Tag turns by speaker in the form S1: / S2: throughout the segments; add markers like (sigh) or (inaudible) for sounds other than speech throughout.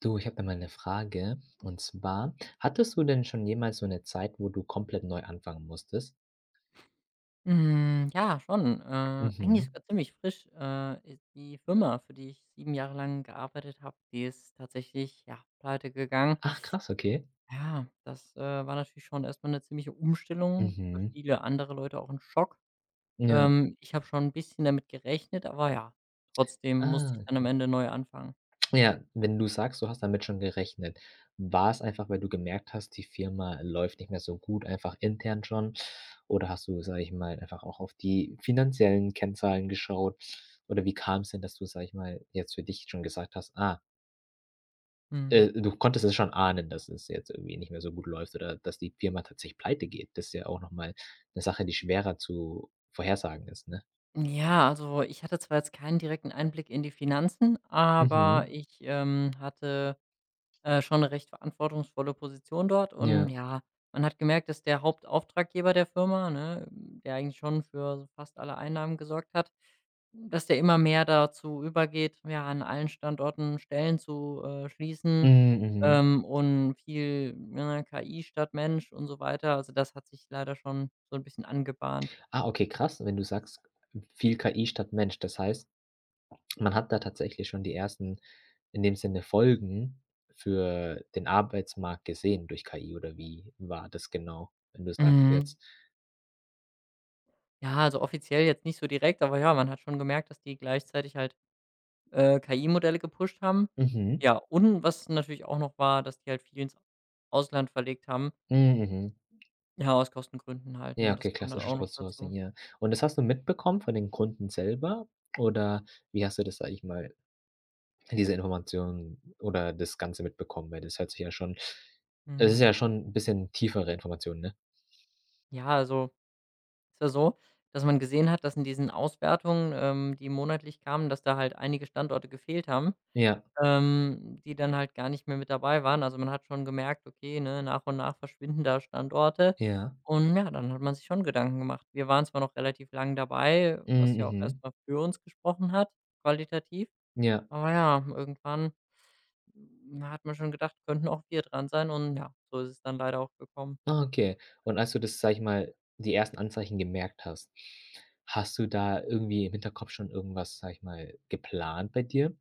S1: Du, ich habe da mal eine Frage. Und zwar, hattest du denn schon jemals so eine Zeit, wo du komplett neu anfangen musstest?
S2: Hm, ja, schon. Eigentlich
S1: Mhm.
S2: sogar ziemlich frisch. I Die Firma, für die ich 7 Jahre lang gearbeitet habe, die ist tatsächlich, ja, pleite gegangen.
S1: Ach krass, okay.
S2: Ja, das, war natürlich schon erstmal eine ziemliche Umstellung, für
S1: Mhm.
S2: viele andere Leute auch ein Schock.
S1: Ja.
S2: Ich habe schon ein bisschen damit gerechnet, aber ja, trotzdem musste
S1: Ah,
S2: ich dann am
S1: okay.
S2: Ende neu anfangen.
S1: Ja, wenn du sagst, du hast damit schon gerechnet, war es einfach, weil du gemerkt hast, die Firma läuft nicht mehr so gut, einfach intern schon? Oder hast du, sage ich mal, einfach auch auf die finanziellen Kennzahlen geschaut? Oder wie kam es denn, dass du, sage ich mal, jetzt für dich schon gesagt hast: „Ah,
S2: Mhm.
S1: Du konntest es schon ahnen, dass es jetzt irgendwie nicht mehr so gut läuft oder dass die Firma tatsächlich pleite geht. Das ist ja auch nochmal mal 'ne Sache, die schwerer zu vorhersagen ist, ne?
S2: Ja, also, ich hatte zwar jetzt keinen direkten Einblick in die Finanzen, aber
S1: Mhm.
S2: ich, hatte schon eine recht verantwortungsvolle Position dort und
S1: Ja.
S2: ja, man hat gemerkt, dass der Hauptauftraggeber der Firma, ne, der eigentlich schon für fast alle Einnahmen gesorgt hat, dass der immer mehr dazu übergeht, ja, an allen Standorten Stellen zu schließen,
S1: Mhm, mhm.
S2: und viel, ne, KI statt Mensch und so weiter. Also, das hat sich leider schon so ein bisschen angebahnt.
S1: Ah, okay, krass, wenn du sagst, viel KI statt Mensch. Das heißt, man hat da tatsächlich schon die ersten, in dem Sinne, Folgen für den Arbeitsmarkt gesehen durch KI oder wie war das genau, wenn du sagst
S2: Mhm.
S1: jetzt?
S2: Ja, also offiziell jetzt nicht so direkt, aber ja, man hat schon gemerkt, dass die gleichzeitig halt KI-Modelle gepusht haben.
S1: Mhm.
S2: Ja, und was natürlich auch noch war, dass die halt viel ins Ausland verlegt haben.
S1: Mhm, mhm.
S2: Ja, aus Kostengründen halt,
S1: Ja,
S2: ne? Das
S1: okay,
S2: kam dann
S1: klassisches
S2: auch noch
S1: Outsourcing,
S2: dazu.
S1: ja. Und das hast du mitbekommen von den Kunden selber oder wie hast du das, sage ich mal, diese Information oder das Ganze mitbekommen? Weil das hört sich ja schon, es ist
S2: Mhm.
S1: ja schon ein bisschen tiefere Information, ne?
S2: Ja, also ist ja so, dass man gesehen hat, dass in diesen Auswertungen, die monatlich kamen, dass da halt einige Standorte gefehlt haben.
S1: Ja,
S2: Die dann halt gar nicht mehr mit dabei waren. Also, man hat schon gemerkt, okay, ne, nach und nach verschwinden da Standorte.
S1: ja.
S2: Und ja, dann hat man sich schon Gedanken gemacht. Wir waren zwar noch relativ lang dabei,
S1: Hm,
S2: was ja auch
S1: mhm.
S2: erstmal für uns gesprochen hat, qualitativ.
S1: Ja.
S2: Aber ja, irgendwann, hat man schon gedacht, könnten auch wir dran sein und ja, so ist es dann leider auch gekommen.
S1: Ah, okay. Und als du das, sage ich mal, die ersten Anzeichen gemerkt hast, hast du da irgendwie im Hinterkopf schon irgendwas, sage ich mal, geplant bei dir?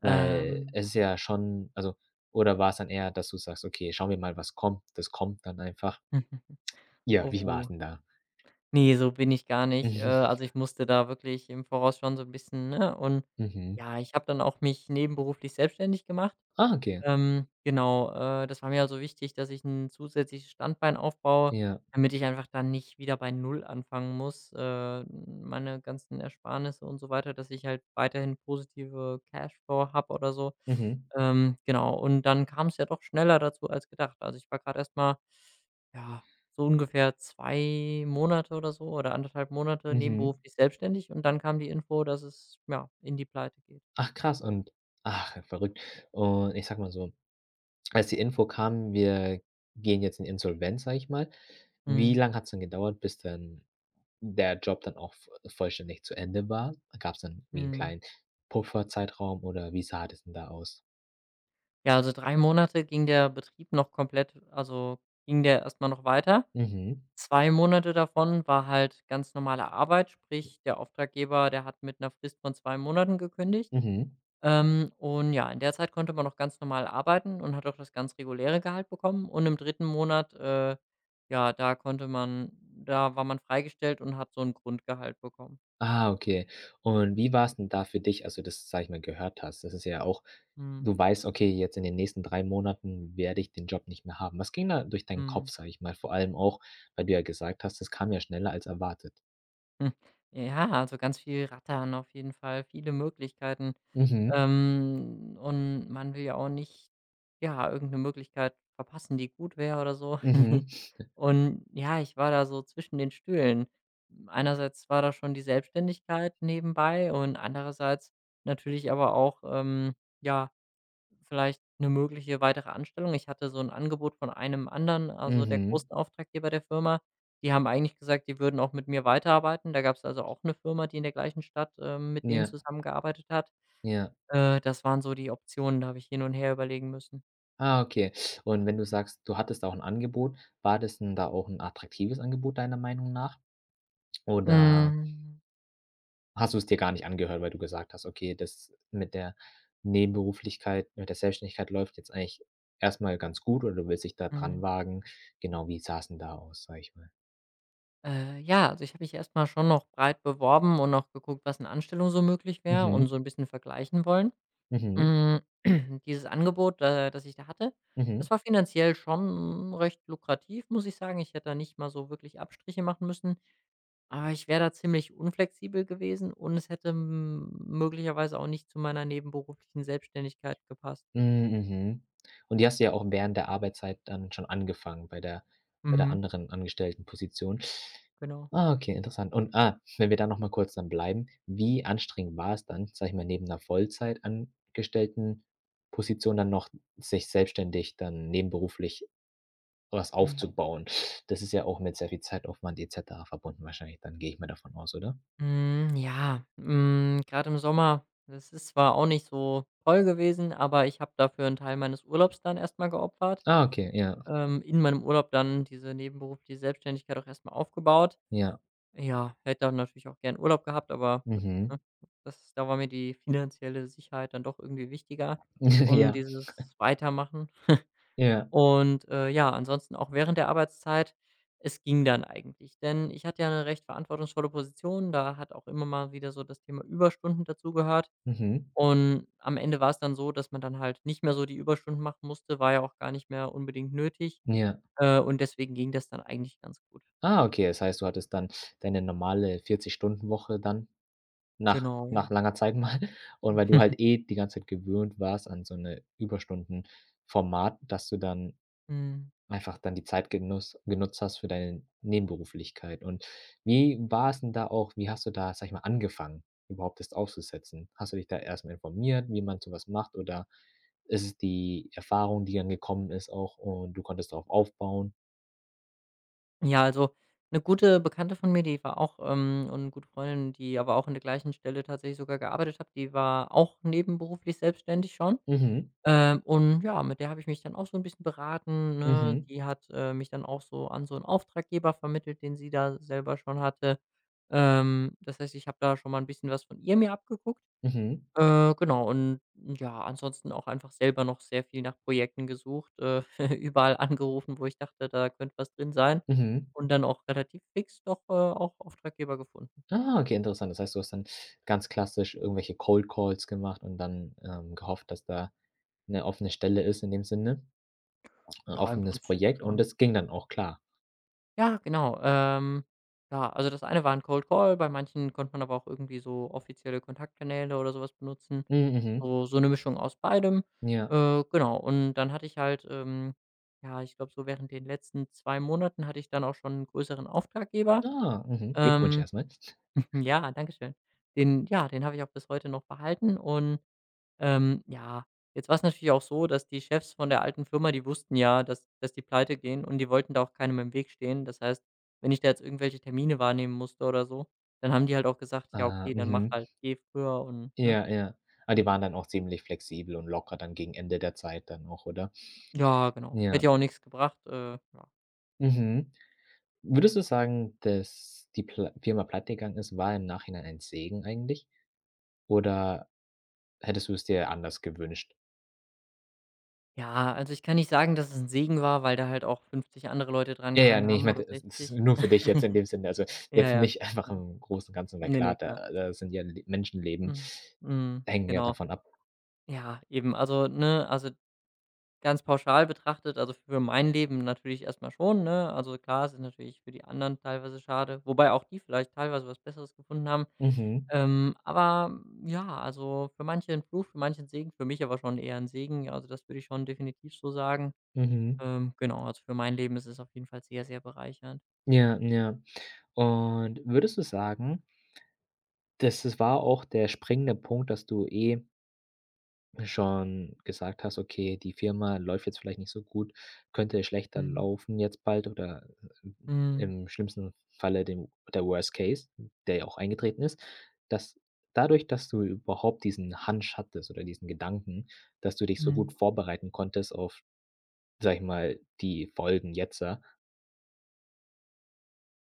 S1: Weil
S2: Ähm,
S1: es ist ja schon, also, oder war es dann eher, dass du sagst: „Okay, schauen wir mal, was kommt.“ Das kommt dann einfach.
S2: (laughs)
S1: Ja, wie war es
S2: oh,
S1: denn da?
S2: nee, so bin ich gar nicht. Also,
S1: (laughs)
S2: ich musste da wirklich im Voraus schon so ein bisschen, ne und
S1: Mhm, mhm.
S2: ja, ich habe dann auch mich nebenberuflich selbstständig gemacht.
S1: Ah, okay.
S2: Genau, das war mir also wichtig, dass ich 'n zusätzliches Standbein aufbaue,
S1: Ja.
S2: damit ich einfach dann nicht wieder bei Null anfangen muss, meine ganzen Ersparnisse und so weiter, dass ich halt weiterhin positive Cashflow habe oder so.
S1: Mhm,
S2: Genau, und dann kam es ja doch schneller dazu als gedacht. Also, ich war gerade erst mal, ja, so ungefähr 2 Monate oder so oder 1,5 Monate
S1: mhm.
S2: nebenberuflich selbstständig und dann kam die Info, dass es, ja, in die Pleite geht.
S1: Ach krass und ach, verrückt. Und ich sag mal so, als die Info kam, wir gehen jetzt in Insolvenz, sage ich mal, wie
S2: Mhm,
S1: lange hat es dann gedauert, bis dann der Job dann auch v vollständig zu Ende war? Gab's dann wie 'n
S2: mhm.
S1: kleinen Pufferzeitraum oder wie sah das denn da aus?
S2: Ja, also 3 Monate ging der Betrieb noch komplett, also, ging der erstmal noch weiter.
S1: Mhm,
S2: 2 Monate davon war halt ganz normale Arbeit, sprich, der Auftraggeber, der hat mit einer Frist von 2 Monaten gekündigt.
S1: mhm.
S2: Und ja, in der Zeit konnte man noch ganz normal arbeiten und hat auch das ganz reguläre Gehalt bekommen. Und im dritten Monat, ja, da konnte man, da war man freigestellt und hat so ein Grundgehalt bekommen.
S1: Ah, okay. Und wie war es denn da für dich, als du das, sage ich mal, gehört hast? Das ist ja auch,
S2: Mhm,
S1: du weißt: „Okay, jetzt in den nächsten 3 Monaten werde ich den Job nicht mehr haben.“ Was ging da durch deinen
S2: mhm.
S1: Kopf, sag ich mal? Vor allem auch, weil du ja gesagt hast, das kam ja schneller als erwartet.
S2: Hm. Ja, also ganz viel Rattern auf jeden Fall, viele Möglichkeiten.
S1: Mhm,
S2: Und man will ja auch nicht, ja, irgendeine Möglichkeit verpassen, die gut wäre oder so. (laughs)
S1: mhm,
S2: Und ja, ich war da so zwischen den Stühlen. Einerseits war da schon die Selbstständigkeit nebenbei und andererseits natürlich aber auch, ja, vielleicht eine mögliche weitere Anstellung. Ich hatte so ein Angebot von einem anderen, also der
S1: mhm.
S2: großen Auftraggeber der Firma. Die haben eigentlich gesagt, die würden auch mit mir weiterarbeiten. Da gab es also auch eine Firma, die in der gleichen Stadt, mit denen
S1: Ja,
S2: zusammengearbeitet hat.
S1: ja.
S2: Das waren so die Optionen, da habe ich hin und her überlegen müssen.
S1: Ah, okay. Und wenn du sagst, du hattest auch ein Angebot, war das denn da auch ein attraktives Angebot deiner Meinung nach? Oder
S2: Hm,
S1: hast du es dir gar nicht angehört, weil du gesagt hast: „Okay, das mit der Nebenberuflichkeit, mit der Selbstständigkeit läuft jetzt eigentlich erstmal ganz gut“, oder du willst dich da dran
S2: hm,
S1: wagen. Genau, wie sah es denn da aus, sag ich mal?
S2: ja, also ich habe mich erst mal schon noch breit beworben und auch geguckt, was in Anstellung so möglich wäre und
S1: Mhm,
S2: so ein bisschen vergleichen wollen.
S1: mhm,
S2: Hm, (clears throat) Dieses Angebot, das ich da hatte,
S1: mhm.
S2: das war finanziell schon recht lukrativ, muss ich sagen. Ich hätte da nicht mal so wirklich Abstriche machen müssen, aber ich wäre da ziemlich unflexibel gewesen und es hätte m möglicherweise auch nicht zu meiner nebenberuflichen Selbstständigkeit gepasst.
S1: Hm, mhm. Und die hast du ja auch während der Arbeitszeit dann schon angefangen, bei der
S2: Mhm,
S1: anderen Angestelltenposition.
S2: genau.
S1: Ah, okay, interessant. Und, wenn wir da noch mal kurz dann bleiben, wie anstrengend war es dann, sage ich mal, neben 'ner Vollzeitangestelltenposition dann noch sich selbstständig dann nebenberuflich was
S2: Mhm.
S1: aufzubauen? Das ist ja auch mit sehr viel Zeitaufwand et cetera verbunden, wahrscheinlich dann, gehe ich mal davon aus, oder?
S2: Hm, ja, grad im Sommer, das ist zwar auch nicht so toll gewesen, aber ich habe dafür einen Teil meines Urlaubs dann erst mal geopfert,
S1: Ah, okay, ja,
S2: in meinem Urlaub dann diese nebenberufliche Selbstständigkeit auch erst mal aufgebaut.
S1: ja,
S2: Ja, hätte dann natürlich auch gern Urlaub gehabt, aber gut, ne?
S1: mhm.
S2: Das, da war mir die finanzielle Sicherheit dann doch irgendwie wichtiger
S1: (laughs)
S2: und
S1: Ja,
S2: dieses Weitermachen.
S1: ja,
S2: Und, ja, ansonsten auch während der Arbeitszeit, es ging dann eigentlich, denn ich hatte ja eine recht verantwortungsvolle Position, da hat auch immer mal wieder so das Thema Überstunden dazugehört.
S1: mhm,
S2: Und am Ende war es dann so, dass man dann halt nicht mehr so die Überstunden machen musste, war ja auch gar nicht mehr unbedingt nötig,
S1: ja.
S2: und deswegen ging das dann eigentlich ganz gut.
S1: Ah, okay, das heißt, du hattest dann deine normale 40-Stunden-Woche dann nach
S2: Genau,
S1: nach
S2: ja.
S1: langer Zeit (laughs) mal, und weil du halt
S2: (laughs)
S1: eh die ganze Zeit gewöhnt warst an so eine Überstunden-Format, dass du dann
S2: Mhm.
S1: einfach dann die Zeit genuss genutzt hast für deine Nebenberuflichkeit. Und wie war es denn da auch, wie hast du da, sag ich mal, angefangen, überhaupt das aufzusetzen? Hast du dich da erstmal informiert, wie man so was macht, oder ist es die Erfahrung, die dann gekommen ist auch, und du konntest darauf aufbauen?
S2: Ja, also eine gute Bekannte von mir, die war auch, und eine gute Freundin, die aber auch an der gleichen Stelle tatsächlich sogar gearbeitet hat, die war auch nebenberuflich selbstständig schon.
S1: Mhm.
S2: Und ja, mit der habe ich mich dann auch so ein bisschen beraten, ne?
S1: Mhm.
S2: Die hat, mich dann auch so an so einen Auftraggeber vermittelt, den sie da selber schon hatte. Das heißt, ich habe da schon mal ein bisschen was von ihr mir abgeguckt.
S1: Mhm.
S2: Genau und ja, ansonsten auch einfach selber noch sehr viel nach Projekten gesucht, (laughs) überall angerufen, wo ich dachte, da könnte was drin sein
S1: Mhm.
S2: und dann auch relativ fix doch, auch Auftraggeber gefunden.
S1: Ah, okay, interessant. Das heißt, du hast dann ganz klassisch irgendwelche Cold Calls gemacht und dann, gehofft, dass da eine offene Stelle ist, in dem Sinne, ein
S2: Ja, im
S1: offenes
S2: Prinzip
S1: Projekt, und
S2: schon.
S1: das ging dann auch klar.
S2: Ja, genau. Ja, also das eine war 'n Cold Call, bei manchen konnte man aber auch irgendwie so offizielle Kontaktkanäle oder sowas benutzen.
S1: Mhm,
S2: So eine Mischung aus beidem.
S1: mhm, ja.
S2: Genau und dann hatte ich halt, ja, ich glaube, so während den letzten 2 Monaten hatte ich dann auch schon einen größeren Auftraggeber.
S1: Ah, mhm. Glückwunsch
S2: Ähm,
S1: erst.
S2: (laughs) ja, danke schön. Den, ja, den habe ich auch bis heute noch behalten und, ja, jetzt war es natürlich auch so, dass die Chefs von der alten Firma, die wussten ja, dass die Pleite gehen, und die wollten da auch keinem im Weg stehen. Das heißt, wenn ich da jetzt irgendwelche Termine wahrnehmen musste oder so, dann haben die halt auch gesagt: „Ja,
S1: Ah,
S2: okay, dann mach
S1: mhm.
S2: halt, geh früher und“, ne?
S1: Ja, ja. Ah, die waren dann auch ziemlich flexibel und locker dann gegen Ende der Zeit dann auch, oder?
S2: Ja, genau.
S1: Ja.
S2: Hätte ja auch nichts gebracht, ja.
S1: Mhm. Würdest du sagen, dass die Pla Firma pleitegegangen ist, war im Nachhinein ein Segen eigentlich? Oder hättest du es dir anders gewünscht?
S2: Ja, also, ich kann nicht sagen, dass es ein Segen war, weil da halt auch 50 andere Leute dran
S1: Ja, ja,
S2: gehangen
S1: ne, ich
S2: haben oder
S1: meinte, es ist
S2: 60.
S1: nur für dich
S2: (laughs)
S1: jetzt in dem Sinne. Also,
S2: Ja,
S1: jetzt
S2: ja.
S1: nicht einfach
S2: Ne?
S1: im Großen und Ganzen, weil
S2: Ne,
S1: klar,
S2: ne, klar.
S1: da sind ja Le Menschenleben
S2: Mhm. Mhm.
S1: hängen ja
S2: Genau.
S1: davon ab.
S2: Ja, eben. Also, ne, also ganz pauschal betrachtet, also für mein Leben natürlich erstmal schon, ne? Also klar, es ist natürlich für die anderen teilweise schade, wobei auch die vielleicht teilweise was Besseres gefunden haben.
S1: Mhm,
S2: Aber ja, also für manche ein Fluch, für manche 'n Segen, für mich aber schon eher ein Segen. Also, das würde ich schon definitiv so sagen.
S1: mhm.
S2: Genau, also für mein Leben ist es auf jeden Fall sehr, sehr bereichernd.
S1: Ja, ja. Und würdest du sagen, das, es war auch der springende Punkt, dass du eh schon gesagt hast: „Okay, die Firma läuft jetzt vielleicht nicht so gut, könnte schlechter
S2: Mhm.
S1: laufen jetzt bald oder äh,
S2: Mhm.
S1: im schlimmsten Falle dem, der Worst Case, der ja auch eingetreten ist“, dass dadurch, dass du überhaupt diesen Hunch hattest oder diesen Gedanken, dass du dich so
S2: Mhm.
S1: gut vorbereiten konntest auf, sage ich mal, die Folgen jetzt. Ja.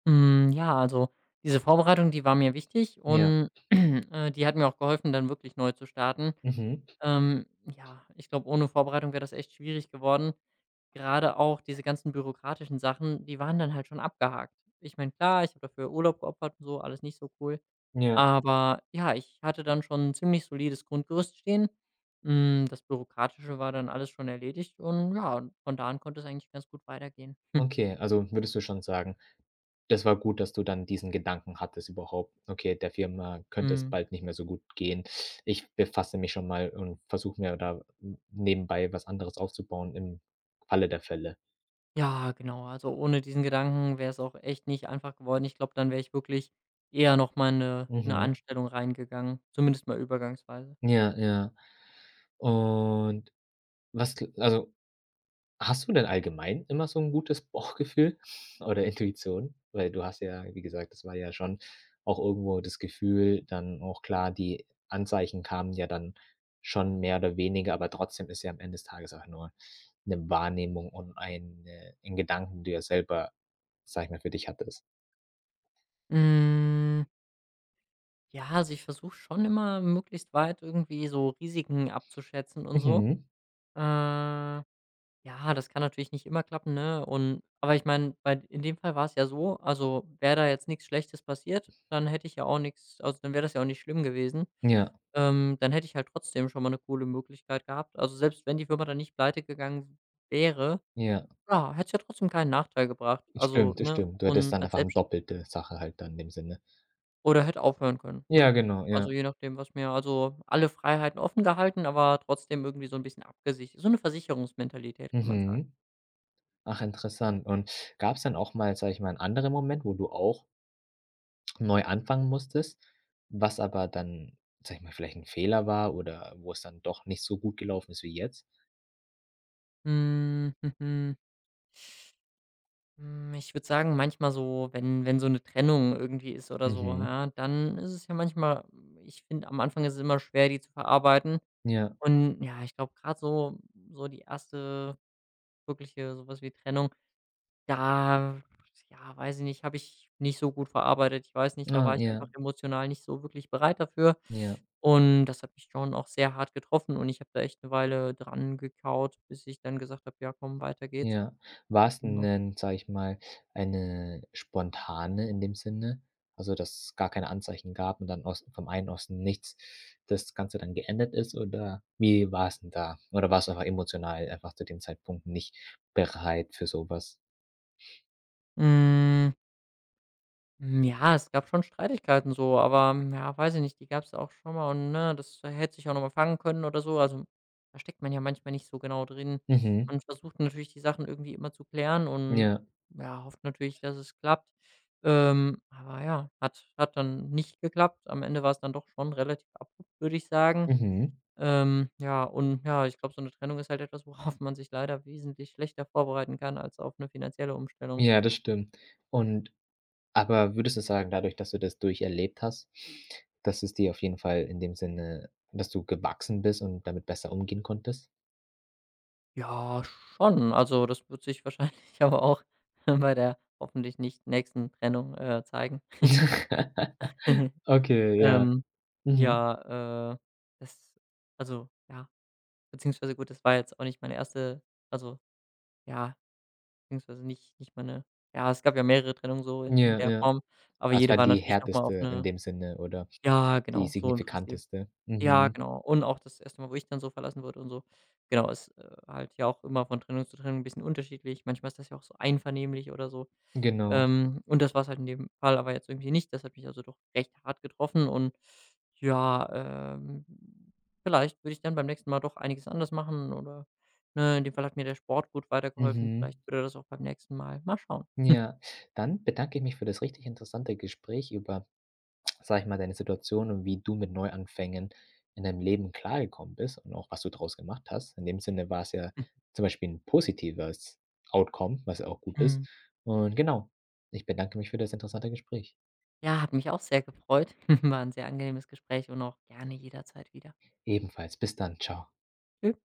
S2: Hm, ja, also diese Vorbereitung, die war mir wichtig
S1: Ja,
S2: und, (clears throat) die hat mir auch geholfen, dann wirklich neu zu starten.
S1: mhm,
S2: Ähm, ja, ich glaube, ohne Vorbereitung wäre das echt schwierig geworden. Gerade auch diese ganzen bürokratischen Sachen, die waren dann halt schon abgehakt. Ich meine, klar, ich habe dafür Urlaub geopfert und so, alles nicht so cool.
S1: ja,
S2: Aber ja, ich hatte dann schon 'n ziemlich solides Grundgerüst stehen. Das Bürokratische war dann alles schon erledigt und ja, von da an konnte es eigentlich ganz gut weitergehen. (laughs)
S1: okay, also würdest du schon sagen, das war gut, dass du dann diesen Gedanken hattest überhaupt: „Okay, der Firma könnte es
S2: Mhm.
S1: bald nicht mehr so gut gehen. Ich befasse mich schon mal und versuche mir da nebenbei was anderes aufzubauen im Falle der Fälle.“
S2: Ja, genau. Also, ohne diesen Gedanken wäre es auch echt nicht einfach geworden. Ich glaube, dann wäre ich wirklich eher noch mal eine
S1: Mhm.
S2: Anstellung reingegangen, zumindest mal übergangsweise.
S1: Ja, ja. Und was gl also, hast du denn allgemein immer so 'n gutes (laughs) Bauchgefühl oder Intuition? Weil du hast ja, wie gesagt, das war ja schon auch irgendwo das Gefühl, dann auch klar, die Anzeichen kamen ja dann schon mehr oder weniger, aber trotzdem ist ja am Ende des Tages auch nur 'ne Wahrnehmung und eine 'n Gedanken, den du ja selber, sage ich mal, für dich hattest.
S2: Hm, ja, also, ich versuche schon immer möglichst weit irgendwie so Risiken abzuschätzen und so.
S1: Mhm.
S2: Äh Ja, das kann natürlich nicht immer klappen, ne? Und aber ich meine, bei, in dem Fall war es ja so, also, wäre da jetzt nichts Schlechtes passiert, dann hätte ich ja auch nichts, also, dann wäre das ja auch nicht schlimm gewesen.
S1: Ja,
S2: Dann hätte ich halt trotzdem schon mal eine coole Möglichkeit gehabt. Also, selbst wenn die Firma dann nicht pleite gegangen wäre,
S1: ja.
S2: ja, hätte es ja trotzdem keinen Nachteil gebracht. Also,
S1: Stimmt, das
S2: ne?
S1: stimmt. Du hattest
S2: Und
S1: dann
S2: als
S1: einfach 'n
S2: Selbst
S1: doppelte Sache halt dann in dem Sinne.
S2: oder hätte aufhören können,
S1: Ja,
S2: ne?
S1: genau,
S2: Also,
S1: ja.
S2: je nachdem, was mir, also, alle Freiheiten offen gehalten, aber trotzdem irgendwie so ein bisschen abgesichert. So eine Versicherungsmentalität, kann man sagen.
S1: Mhm. Ach, interessant. Und gab es dann auch mal, sag ich mal, einen anderen Moment, wo du auch neu anfangen musstest, was aber dann, sag ich mal, vielleicht ein Fehler war oder wo es dann doch nicht so gut gelaufen ist wie jetzt?
S2: Hm. (laughs) Ich würde sagen, manchmal so, wenn so eine Trennung irgendwie ist oder so,
S1: Mhm.
S2: ja, dann ist es ja manchmal, ich finde, am Anfang ist es immer schwer, die zu verarbeiten.
S1: Ja.
S2: Und ja, ich glaube, gerade so die erste, wirkliche, sowas wie Trennung, da, ja, weiß ich nicht, habe ich nicht so gut verarbeitet. Ich weiß nicht, da
S1: Ah,
S2: war ich
S1: ja,
S2: einfach emotional nicht so wirklich bereit dafür.
S1: ja.
S2: Und das hat mich schon auch sehr hart getroffen und ich habe da echt eine Weile dran gekaut, bis ich dann gesagt habe: „Ja, komm, weiter geht's.“
S1: Ja. War's
S2: Ne?
S1: 'nen, sage ich mal, eine spontane in dem Sinne, also, dass es gar keine Anzeichen gab und dann aus vom einen aus dem Nichts das Ganze dann geendet ist oder wie war's 'n da? Oder warst du einfach emotional einfach zu dem Zeitpunkt nicht bereit für so was?
S2: Hm. Hm, ja, es gab schon Streitigkeiten so, aber, hm, ja, weiß ich nicht, die gab es auch schon mal und, ne, das hätte sich auch noch mal fangen können oder so. Also, da steckt man ja manchmal nicht so genau drin.
S1: Mhm.
S2: Man versucht natürlich, die Sachen irgendwie immer zu klären und,
S1: Ja.
S2: ja, hofft natürlich, dass es klappt. Aber ja, hat dann nicht geklappt. Am Ende war es dann doch schon relativ abrupt, würde ich sagen.
S1: Mhm.
S2: Ja, und ja, ich glaube, so eine Trennung ist halt etwas, worauf man sich leider wesentlich schlechter vorbereiten kann als auf eine finanzielle Umstellung.
S1: Ja, das stimmt. Und aber würdest du sagen, dadurch, dass du das durcherlebt hast, dass es dir auf jeden Fall in dem Sinne, dass du gewachsen bist und damit besser umgehen konntest?
S2: Ja, schon. Also, das wird sich (laughs) wahrscheinlich aber auch (laughs) bei der hoffentlich nicht nächsten Trennung, zeigen.
S1: (laughs)
S2: (laughs)
S1: Okay, ja.
S2: Ähm,
S1: Mhm.
S2: ja, das, also, ja, beziehungsweise gut, das war jetzt auch nicht meine erste, also, ja, beziehungsweise nicht meine, ja, es gab ja mehrere Trennungen so in
S1: Ja,
S2: der
S1: ja.
S2: Form, aber
S1: Das
S2: jede
S1: war
S2: war
S1: die
S2: natürlich noch mal
S1: härteste
S2: auf
S1: in
S2: eine,
S1: dem Sinne oder
S2: ja,
S1: die
S2: genau, so im Prinzip.
S1: signifikanteste.
S2: Ja,
S1: Mhm.
S2: genau. Und auch das erste Mal, wo ich dann so verlassen wurde und so. Genau, ist, halt ja auch immer von Trennung zu Trennung ein bisschen unterschiedlich. Manchmal ist das ja auch so einvernehmlich oder so.
S1: Genau.
S2: Und das war es halt in dem Fall aber jetzt irgendwie nicht. Das hat mich also doch recht hart getroffen und ja, ähm, vielleicht würde ich dann beim nächsten Mal doch einiges anders machen, oder, ne, in dem Fall hat mir der Sport gut weitergeholfen.
S1: Mhm.
S2: Vielleicht würde das auch beim nächsten Mal. Mal schauen.
S1: Ja. Dann bedanke ich mich für das richtig interessante Gespräch über, (tsk) sage ich mal, deine Situation und wie du mit Neuanfängen in deinem Leben klargekommen bist und auch was du daraus gemacht hast. In dem Sinne war es ja
S2: (laughs)
S1: zum Beispiel ein positives Outcome, was ja auch gut ist.
S2: Mhm.
S1: Und genau, ich bedanke mich für das interessante Gespräch.
S2: Ja, hat mich auch sehr gefreut. (laughs) War ein sehr angenehmes Gespräch und auch gerne jederzeit wieder.
S1: Ebenfalls. Bis dann. Ciao.
S2: Tschü